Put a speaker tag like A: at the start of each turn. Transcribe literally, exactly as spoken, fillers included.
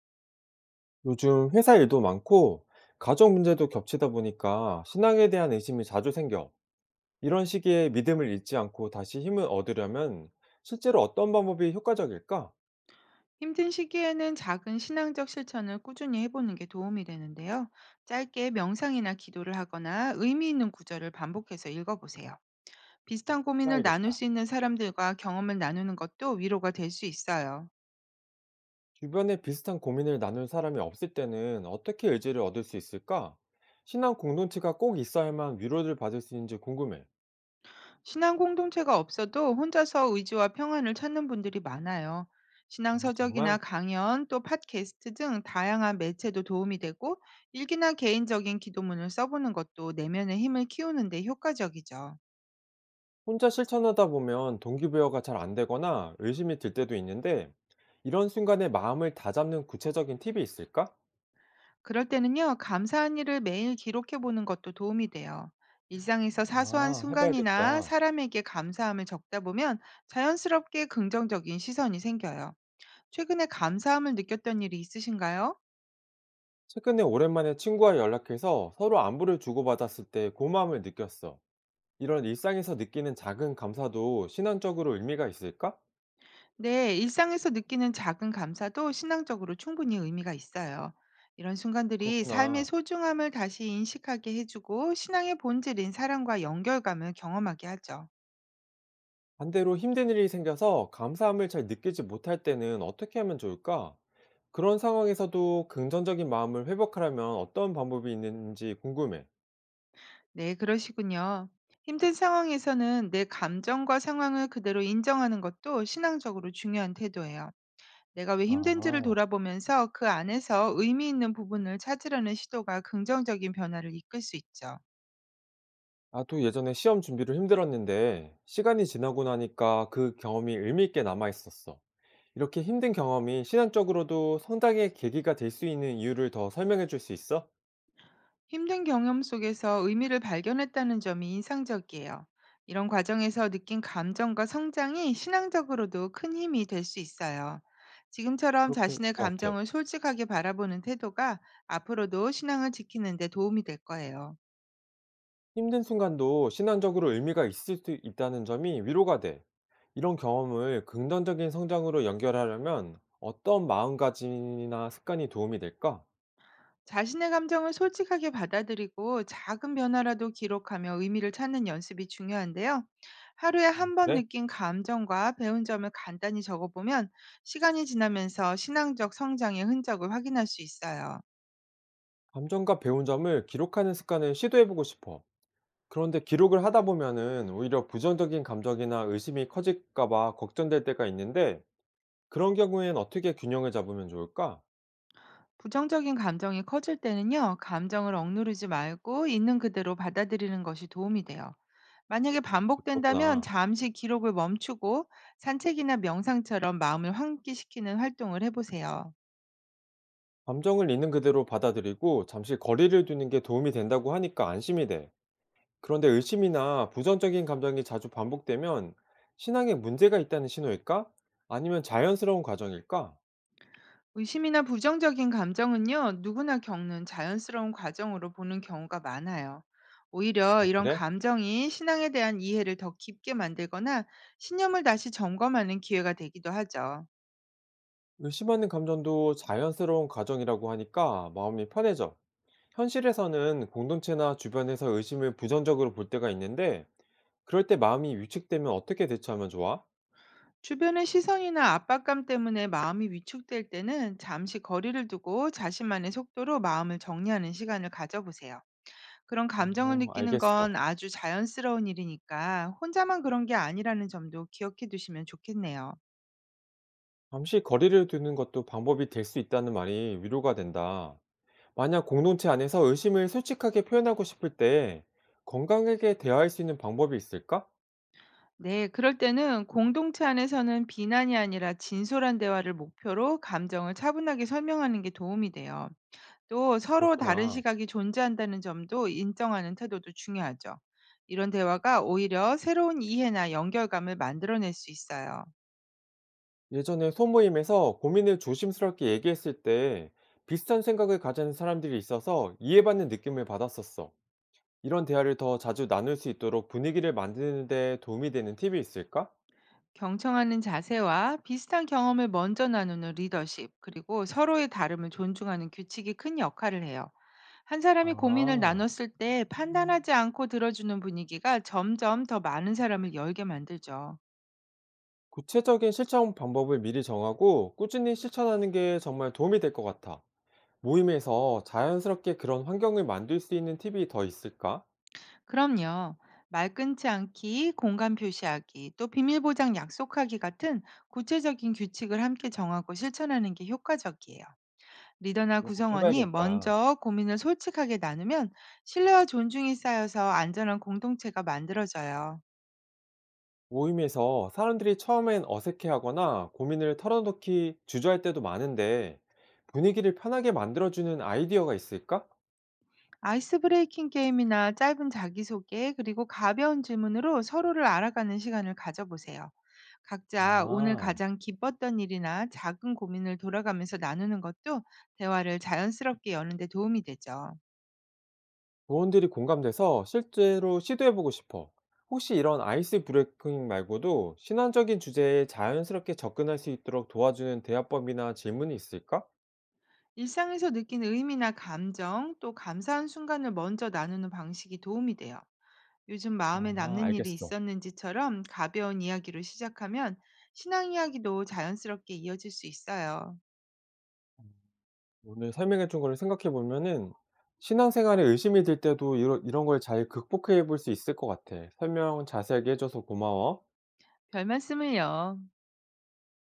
A: 요즘 회사 일도 많고 가정 문제도 겹치다 보니까 신앙에 대한 의심이 자주 생겨. 이런 시기에 믿음을 잃지 않고 다시 힘을 얻으려면 실제로 어떤 방법이 효과적일까?
B: 힘든 시기에는 작은 신앙적 실천을 꾸준히 해보는 게 도움이 되는데요. 짧게 명상이나 기도를 하거나 의미 있는 구절을 반복해서 읽어보세요. 비슷한 고민을 나눌
A: 봐야겠다.
B: 수 있는 사람들과 경험을 나누는 것도 위로가 될 수 있어요.
A: 주변에 비슷한 고민을 나눌 사람이 없을 때는 어떻게 의지를 얻을 수 있을까? 신앙 공동체가 꼭 있어야만 위로를 받을 수 있는지 궁금해.
B: 신앙 공동체가 없어도 혼자서 의지와 평안을 찾는 분들이 많아요. 신앙
A: 아,
B: 서적이나
A: 정말?
B: 강연, 또 팟캐스트 등 다양한 매체도 도움이 되고 일기나 개인적인 기도문을 써보는 것도 내면의 힘을 키우는 데 효과적이죠.
A: 혼자 실천하다 보면 동기부여가 잘 안 되거나 의심이 들 때도 있는데 이런 순간에 마음을 다잡는 구체적인 팁이 있을까?
B: 그럴 때는요, 감사한 일을 매일 기록해 보는 것도 도움이 돼요. 일상에서 사소한
A: 아,
B: 순간이나
A: 해봐야겠다.
B: 사람에게 감사함을 적다 보면 자연스럽게 긍정적인 시선이 생겨요. 최근에 감사함을 느꼈던 일이 있으신가요?
A: 최근에 오랜만에 친구와 연락해서 서로 안부를 주고받았을 때 고마움을 느꼈어. 이런 일상에서 느끼는 작은 감사도 신앙적으로 의미가 있을까?
B: 네, 일상에서 느끼는 작은 감사도 신앙적으로 충분히 의미가 있어요. 이런 순간들이 삶의
A: 그렇구나.
B: 소중함을 다시 인식하게 해주고 신앙의 본질인 사랑과 연결감을 경험하게 하죠.
A: 반대로 힘든 일이 생겨서 감사함을 잘 느끼지 못할 때는 어떻게 하면 좋을까? 그런 상황에서도 긍정적인 마음을 회복하려면 어떤 방법이 있는지 궁금해.
B: 네, 그러시군요. 힘든 상황에서는 내 감정과 상황을 그대로 인정하는 것도 신앙적으로 중요한 태도예요. 내가 왜 힘든지를
A: 아,
B: 돌아보면서 그 안에서 의미 있는 부분을 찾으려는 시도가 긍정적인 변화를 이끌 수 있죠.
A: 나도 예전에 시험 준비를 힘들었는데 시간이 지나고 나니까 그 경험이 의미 있게 남아 있었어. 이렇게 힘든 경험이 신앙적으로도 성장의 계기가 될 수 있는 이유를 더 설명해 줄 수 있어?
B: 힘든 경험 속에서 의미를 발견했다는 점이 인상적이에요. 이런 과정에서 느낀 감정과 성장이 신앙적으로도 큰 힘이 될 수 있어요. 지금처럼
A: 그렇게
B: 자신의
A: 것 같아.
B: 감정을 솔직하게 바라보는 태도가 앞으로도 신앙을 지키는 데 도움이 될 거예요.
A: 힘든 순간도 신앙적으로 의미가 있을 수 있다는 점이 위로가 돼. 이런 경험을 긍정적인 성장으로 연결하려면 어떤 마음가짐이나 습관이 도움이 될까?
B: 자신의 감정을 솔직하게 받아들이고 작은 변화라도 기록하며 의미를 찾는 연습이 중요한데요. 하루에
A: 아,
B: 한 번
A: 그래?
B: 느낀 감정과 배운 점을 간단히 적어보면 시간이 지나면서 신앙적 성장의 흔적을 확인할 수 있어요.
A: 감정과 배운 점을 기록하는 습관을 시도해보고 싶어. 그런데 기록을 하다 보면은 오히려 부정적인 감정이나 의심이 커질까봐 걱정될 때가 있는데 그런 경우엔 어떻게 균형을 잡으면 좋을까?
B: 부정적인 감정이 커질 때는요, 감정을 억누르지 말고 있는 그대로 받아들이는 것이 도움이 돼요. 만약에 반복된다면
A: 그렇구나.
B: 잠시 기록을 멈추고 산책이나 명상처럼 마음을 환기시키는 활동을 해보세요.
A: 감정을 있는 그대로 받아들이고 잠시 거리를 두는 게 도움이 된다고 하니까 안심이 돼. 그런데 의심이나 부정적인 감정이 자주 반복되면 신앙에 문제가 있다는 신호일까? 아니면 자연스러운 과정일까?
B: 의심이나 부정적인 감정은요, 누구나 겪는 자연스러운 과정으로 보는 경우가 많아요. 오히려
A: 아,
B: 이런
A: 그래?
B: 감정이 신앙에 대한 이해를 더 깊게 만들거나 신념을 다시 점검하는 기회가 되기도 하죠.
A: 의심하는 감정도 자연스러운 과정이라고 하니까 마음이 편해져. 현실에서는 공동체나 주변에서 의심을 부정적으로 볼 때가 있는데 그럴 때 마음이 위축되면 어떻게 대처하면 좋아?
B: 주변의 시선이나 압박감 때문에 마음이 위축될 때는 잠시 거리를 두고 자신만의 속도로 마음을 정리하는 시간을 가져보세요. 그런 감정을
A: 어,
B: 느끼는 건
A: 알겠어.
B: 아주 자연스러운 일이니까 혼자만 그런 게 아니라는 점도 기억해 두시면 좋겠네요.
A: 잠시 거리를 두는 것도 방법이 될 수 있다는 말이 위로가 된다. 만약 공동체 안에서 의심을 솔직하게 표현하고 싶을 때 건강하게 대화할 수 있는 방법이 있을까?
B: 네, 그럴 때는 공동체 안에서는 비난이 아니라 진솔한 대화를 목표로 감정을 차분하게 설명하는 게 도움이 돼요. 또 서로 다른
A: 그렇구나.
B: 시각이 존재한다는 점도 인정하는 태도도 중요하죠. 이런 대화가 오히려 새로운 이해나 연결감을 만들어낼 수 있어요.
A: 예전에 소모임에서 고민을 조심스럽게 얘기했을 때 비슷한 생각을 가진 사람들이 있어서 이해받는 느낌을 받았었어. 이런 대화를 더 자주 나눌 수 있도록 분위기를 만드는 데 도움이 되는 팁이 있을까?
B: 경청하는 자세와 비슷한 경험을 먼저 나누는 리더십, 그리고 서로의 다름을 존중하는 규칙이 큰 역할을 해요. 한 사람이 고민을
A: 아,
B: 나눴을 때 판단하지 않고 들어주는 분위기가 점점 더 많은 사람을 열게 만들죠.
A: 구체적인 실천 방법을 미리 정하고 꾸준히 실천하는 게 정말 도움이 될 것 같아. 모임에서 자연스럽게 그런 환경을 만들 수 있는 팁이 더 있을까?
B: 그럼요. 말 끊지 않기, 공간 표시하기, 또 비밀 보장 약속하기 같은 구체적인 규칙을 함께 정하고 실천하는 게 효과적이에요. 리더나
A: 이런 것도
B: 구성원이
A: 해봐야겠다.
B: 먼저 고민을 솔직하게 나누면 신뢰와 존중이 쌓여서 안전한 공동체가 만들어져요.
A: 모임에서 사람들이 처음엔 어색해하거나 고민을 털어놓기 주저할 때도 많은데 분위기를 편하게 만들어주는 아이디어가 있을까?
B: 아이스 브레이킹 게임이나 짧은 자기소개, 그리고 가벼운 질문으로 서로를 알아가는 시간을 가져보세요. 각자 오늘
A: 아,
B: 가장 기뻤던 일이나 작은 고민을 돌아가면서 나누는 것도 대화를 자연스럽게 여는 데 도움이 되죠.
A: 조언들이 공감돼서 실제로 시도해보고 싶어. 혹시 이런 아이스 브레이킹 말고도 신화적인 주제에 자연스럽게 접근할 수 있도록 도와주는 대화법이나 질문이 있을까?
B: 일상에서 느낀 의미나 감정, 또 감사한 순간을 먼저 나누는 방식이 도움이 돼요. 요즘 마음에
A: 아,
B: 남는 일이
A: 알겠어.
B: 있었는지처럼 가벼운 이야기로 시작하면 신앙 이야기도 자연스럽게 이어질 수 있어요.
A: 오늘 설명해 준 거를 생각해 보면은 신앙생활에 의심이 들 때도 이런 이런 걸 잘 극복해 볼 수 있을 것 같아. 설명 자세하게 해 줘서 고마워.
B: 별 말씀을요.